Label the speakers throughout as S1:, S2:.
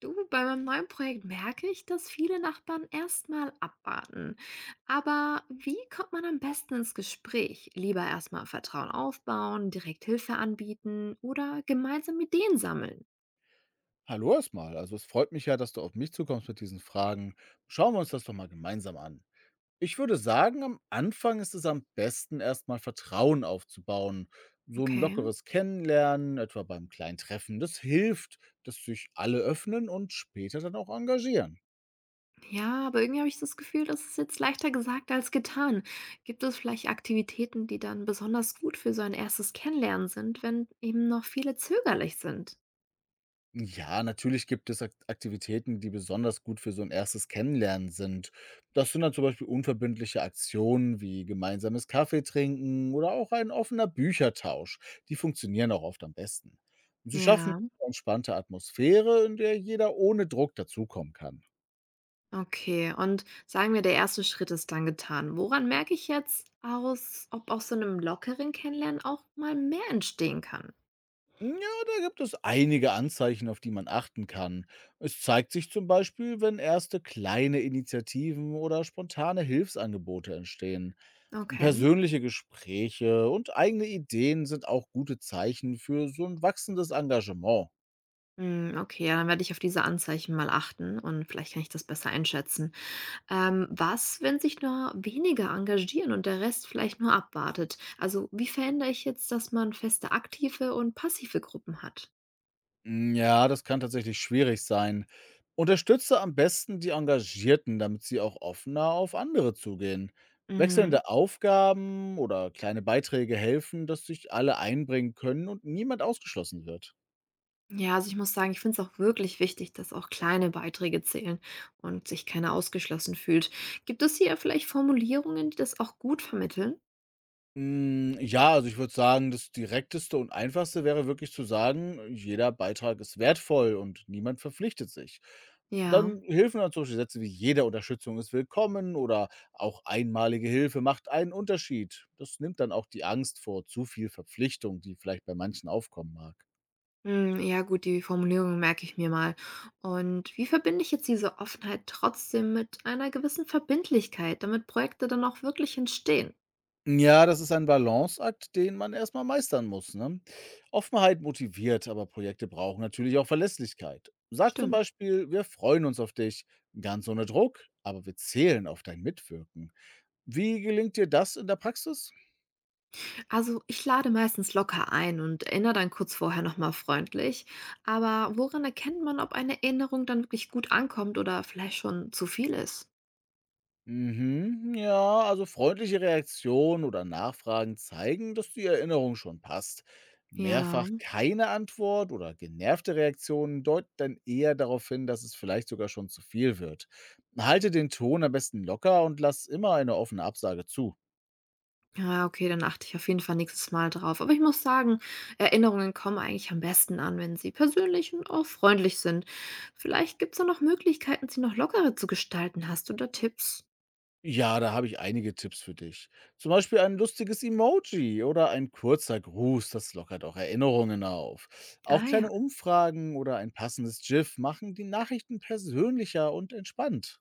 S1: Du, bei meinem neuen Projekt merke ich, dass viele Nachbarn erstmal abwarten. Aber wie kommt man am besten ins Gespräch? Lieber erstmal Vertrauen aufbauen, direkt Hilfe anbieten oder gemeinsam Ideen sammeln?
S2: Hallo erstmal. Also es freut mich ja, dass du auf mich zukommst mit diesen Fragen. Schauen wir uns das doch mal gemeinsam an. Ich würde sagen, am Anfang ist es am besten, erstmal Vertrauen aufzubauen. So ein
S1: Okay.
S2: lockeres Kennenlernen, etwa beim kleinen Treffen, das hilft, dass sich alle öffnen und später dann auch engagieren.
S1: Ja, aber irgendwie habe ich das Gefühl, das ist jetzt leichter gesagt als getan. Gibt es vielleicht Aktivitäten, die dann besonders gut für so ein erstes Kennenlernen sind, wenn eben noch viele zögerlich sind?
S2: Ja, natürlich gibt es Ak Aktivitäten, die besonders gut für so ein erstes Kennenlernen sind. Das sind dann zum Beispiel unverbindliche Aktionen wie gemeinsames Kaffee trinken oder auch ein offener Büchertausch. Die funktionieren auch oft am besten. Und Sie schaffen
S1: Ja.
S2: eine entspannte Atmosphäre, in der jeder ohne Druck dazukommen kann.
S1: Okay, und sagen wir, der erste Schritt ist dann getan. Woran merke ich jetzt aus, ob aus so einem lockeren Kennenlernen auch mal mehr entstehen kann?
S2: Ja, da gibt es einige Anzeichen, auf die man achten kann. Es zeigt sich zum Beispiel, wenn erste kleine Initiativen oder spontane Hilfsangebote entstehen.
S1: Okay.
S2: Persönliche Gespräche und eigene Ideen sind auch gute Zeichen für so ein wachsendes Engagement.
S1: Hm, okay, ja, dann werde ich auf diese Anzeichen mal achten und vielleicht kann ich das besser einschätzen. Was, wenn sich nur wenige engagieren und der Rest vielleicht nur abwartet? Also, wie verändere ich jetzt, dass man feste aktive und passive Gruppen hat?
S2: Mm, ja, das kann tatsächlich schwierig sein. Unterstütze am besten die Engagierten, damit sie auch offener auf andere zugehen.
S1: Mhm.
S2: Wechselnde Aufgaben oder kleine Beiträge helfen, dass sich alle einbringen können und niemand ausgeschlossen wird.
S1: Ja, also ich muss sagen, ich finde es auch wirklich wichtig, dass auch kleine Beiträge zählen und sich keiner ausgeschlossen fühlt. Gibt es hier vielleicht Formulierungen, die das auch gut vermitteln?
S2: Hm, ja, also ich würde sagen, das Direkteste und Einfachste wäre wirklich zu sagen, jeder Beitrag ist wertvoll und niemand verpflichtet sich.
S1: Ja.
S2: Dann helfen dann solche Sätze wie jede Unterstützung ist willkommen oder auch einmalige Hilfe macht einen Unterschied. Das nimmt dann auch die Angst vor zu viel Verpflichtung, die vielleicht bei manchen aufkommen mag.
S1: Hm, ja, gut, die Formulierung merke ich mir mal. Und wie verbinde ich jetzt diese Offenheit trotzdem mit einer gewissen Verbindlichkeit, damit Projekte dann auch wirklich entstehen?
S2: Ja, das ist ein Balanceakt, den man erstmal meistern muss, ne? Offenheit motiviert, aber Projekte brauchen natürlich auch Verlässlichkeit. Sag zum
S1: Stimmt.
S2: Beispiel: „Wir freuen uns auf dich“, ganz ohne Druck, aber wir zählen auf dein Mitwirken. Wie gelingt dir das in der Praxis?
S1: Also, ich lade meistens locker ein und erinnere dann kurz vorher nochmal freundlich. Aber woran erkennt man, ob eine Erinnerung dann wirklich gut ankommt oder vielleicht schon zu viel ist?
S2: Mhm, ja, also freundliche Reaktionen oder Nachfragen zeigen, dass die Erinnerung schon passt.
S1: Ja,
S2: Mehrfach keine Antwort oder genervte Reaktionen deuten dann eher darauf hin, dass es vielleicht sogar schon zu viel wird. Halte den Ton am besten locker und lass immer eine offene Absage zu.
S1: ja, okay, dann achte ich auf jeden Fall nächstes Mal drauf. Aber ich muss sagen, Erinnerungen kommen eigentlich am besten an, wenn sie persönlich und auch freundlich sind. Vielleicht gibt es da noch Möglichkeiten, sie noch lockerer zu gestalten. Hast du da Tipps?
S2: Ja, da habe ich einige Tipps für dich. Zum Beispiel ein lustiges Emoji oder ein kurzer Gruß, das lockert auch Erinnerungen auf. Auch
S1: Ah ja.
S2: kleine Umfragen oder ein passendes GIF machen die Nachrichten persönlicher und entspannt.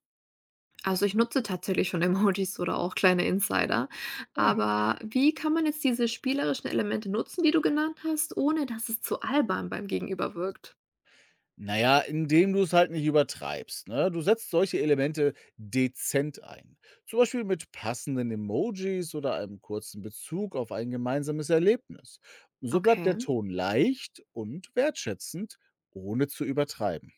S1: Also, ich nutze tatsächlich schon Emojis oder auch kleine Insider.
S2: Ah,
S1: Aber wie kann man jetzt diese spielerischen Elemente nutzen, die du genannt hast, ohne dass es zu albern beim Gegenüber wirkt?
S2: Naja, indem du es halt nicht übertreibst. Ne? Du setzt solche Elemente dezent ein. Zum Beispiel mit passenden Emojis oder einem kurzen Bezug auf ein gemeinsames Erlebnis. So bleibt der
S1: Okay,
S2: Ton leicht und wertschätzend, ohne zu übertreiben.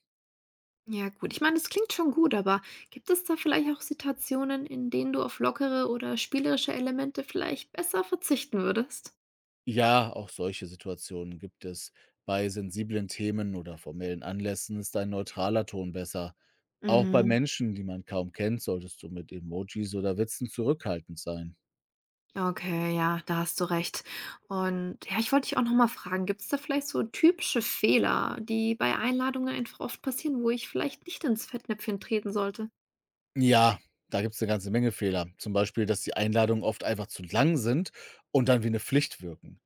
S1: ja gut. Ich meine, das klingt schon gut, aber gibt es da vielleicht auch Situationen, in denen du auf lockere oder spielerische Elemente vielleicht besser verzichten würdest?
S2: Ja, auch solche Situationen gibt es. Bei sensiblen Themen oder formellen Anlässen ist ein neutraler Ton besser. Auch bei
S1: Mhm.
S2: Menschen, die man kaum kennt, solltest du mit Emojis oder Witzen zurückhaltend sein.
S1: Okay, ja, da hast du recht. Und ja, ich wollte dich auch noch mal fragen, gibt es da vielleicht so typische Fehler, die bei Einladungen einfach oft passieren, wo ich vielleicht nicht ins Fettnäpfchen treten sollte?
S2: Ja, da gibt es eine ganze Menge Fehler. Zum Beispiel, dass die Einladungen oft einfach zu lang sind und dann wie eine Pflicht wirken.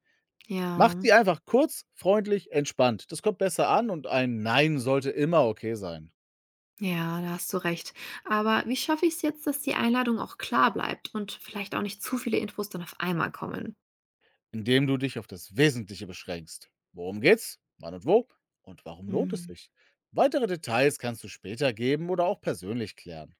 S2: Macht
S1: Ja,
S2: sie einfach kurz, freundlich, entspannt. Das kommt besser an und ein Nein sollte immer okay sein.
S1: ja, da hast du recht. Aber wie schaffe ich es jetzt, dass die Einladung auch klar bleibt und vielleicht auch nicht zu viele Infos dann auf einmal kommen?
S2: Indem du dich auf das Wesentliche beschränkst. Worum geht's? Wann und wo? Und warum lohnt es
S1: Hm,
S2: sich? Weitere Details kannst du später geben oder auch persönlich klären.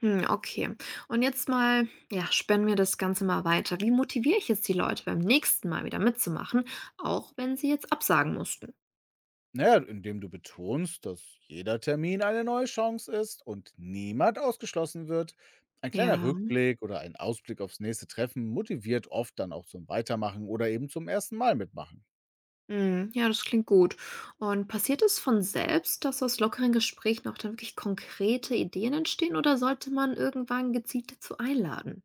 S1: Hm, okay. Und jetzt mal, ja, spannen wir das Ganze mal weiter. Wie motiviere ich jetzt die Leute beim nächsten Mal wieder mitzumachen, auch wenn sie jetzt absagen mussten?
S2: Naja, indem du betonst, dass jeder Termin eine neue Chance ist und niemand ausgeschlossen wird. Ein kleiner
S1: Ja.
S2: Rückblick oder ein Ausblick aufs nächste Treffen motiviert oft dann auch zum Weitermachen oder eben zum ersten Mal mitmachen.
S1: Mhm, ja, das klingt gut. Und passiert es von selbst, dass aus lockeren Gesprächen auch dann wirklich konkrete Ideen entstehen oder sollte man irgendwann gezielt dazu einladen?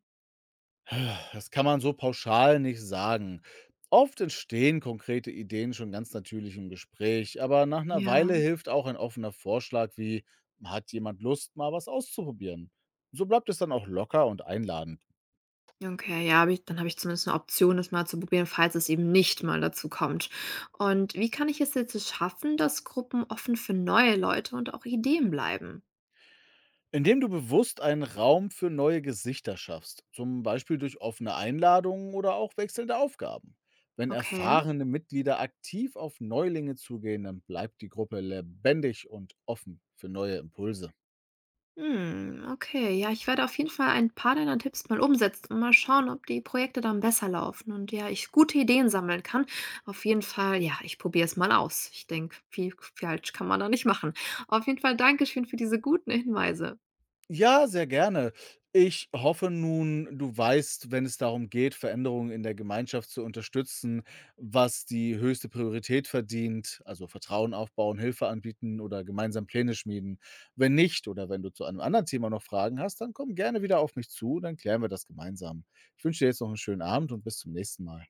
S2: Das kann man so pauschal nicht sagen. Oft entstehen konkrete Ideen schon ganz natürlich im Gespräch, aber nach einer Weile
S1: Ja.
S2: hilft auch ein offener Vorschlag wie: hat jemand Lust, mal was auszuprobieren? So bleibt es dann auch locker und einladend.
S1: Okay, ja, hab ich, dann habe ich zumindest eine Option, das mal zu probieren, falls es eben nicht mal dazu kommt. Und wie kann ich es jetzt so schaffen, dass Gruppen offen für neue Leute und auch Ideen bleiben?
S2: Indem du bewusst einen Raum für neue Gesichter schaffst, zum Beispiel durch offene Einladungen oder auch wechselnde Aufgaben. Wenn
S1: Okay.
S2: erfahrene Mitglieder aktiv auf Neulinge zugehen, dann bleibt die Gruppe lebendig und offen für neue Impulse.
S1: Hm, okay. Ja, ich werde auf jeden Fall ein paar deiner Tipps mal umsetzen und mal schauen, ob die Projekte dann besser laufen und ja, ich gute Ideen sammeln kann. Auf jeden Fall, ja, ich probiere es mal aus. Ich denke, viel falsch kann man da nicht machen. Auf jeden Fall Dankeschön für diese guten Hinweise.
S2: Ja, sehr gerne. Ich hoffe nun, du weißt, wenn es darum geht, Veränderungen in der Gemeinschaft zu unterstützen, was die höchste Priorität verdient, also Vertrauen aufbauen, Hilfe anbieten oder gemeinsam Pläne schmieden. Wenn nicht oder wenn du zu einem anderen Thema noch Fragen hast, dann komm gerne wieder auf mich zu, dann klären wir das gemeinsam. Ich wünsche dir jetzt noch einen schönen Abend und bis zum nächsten Mal.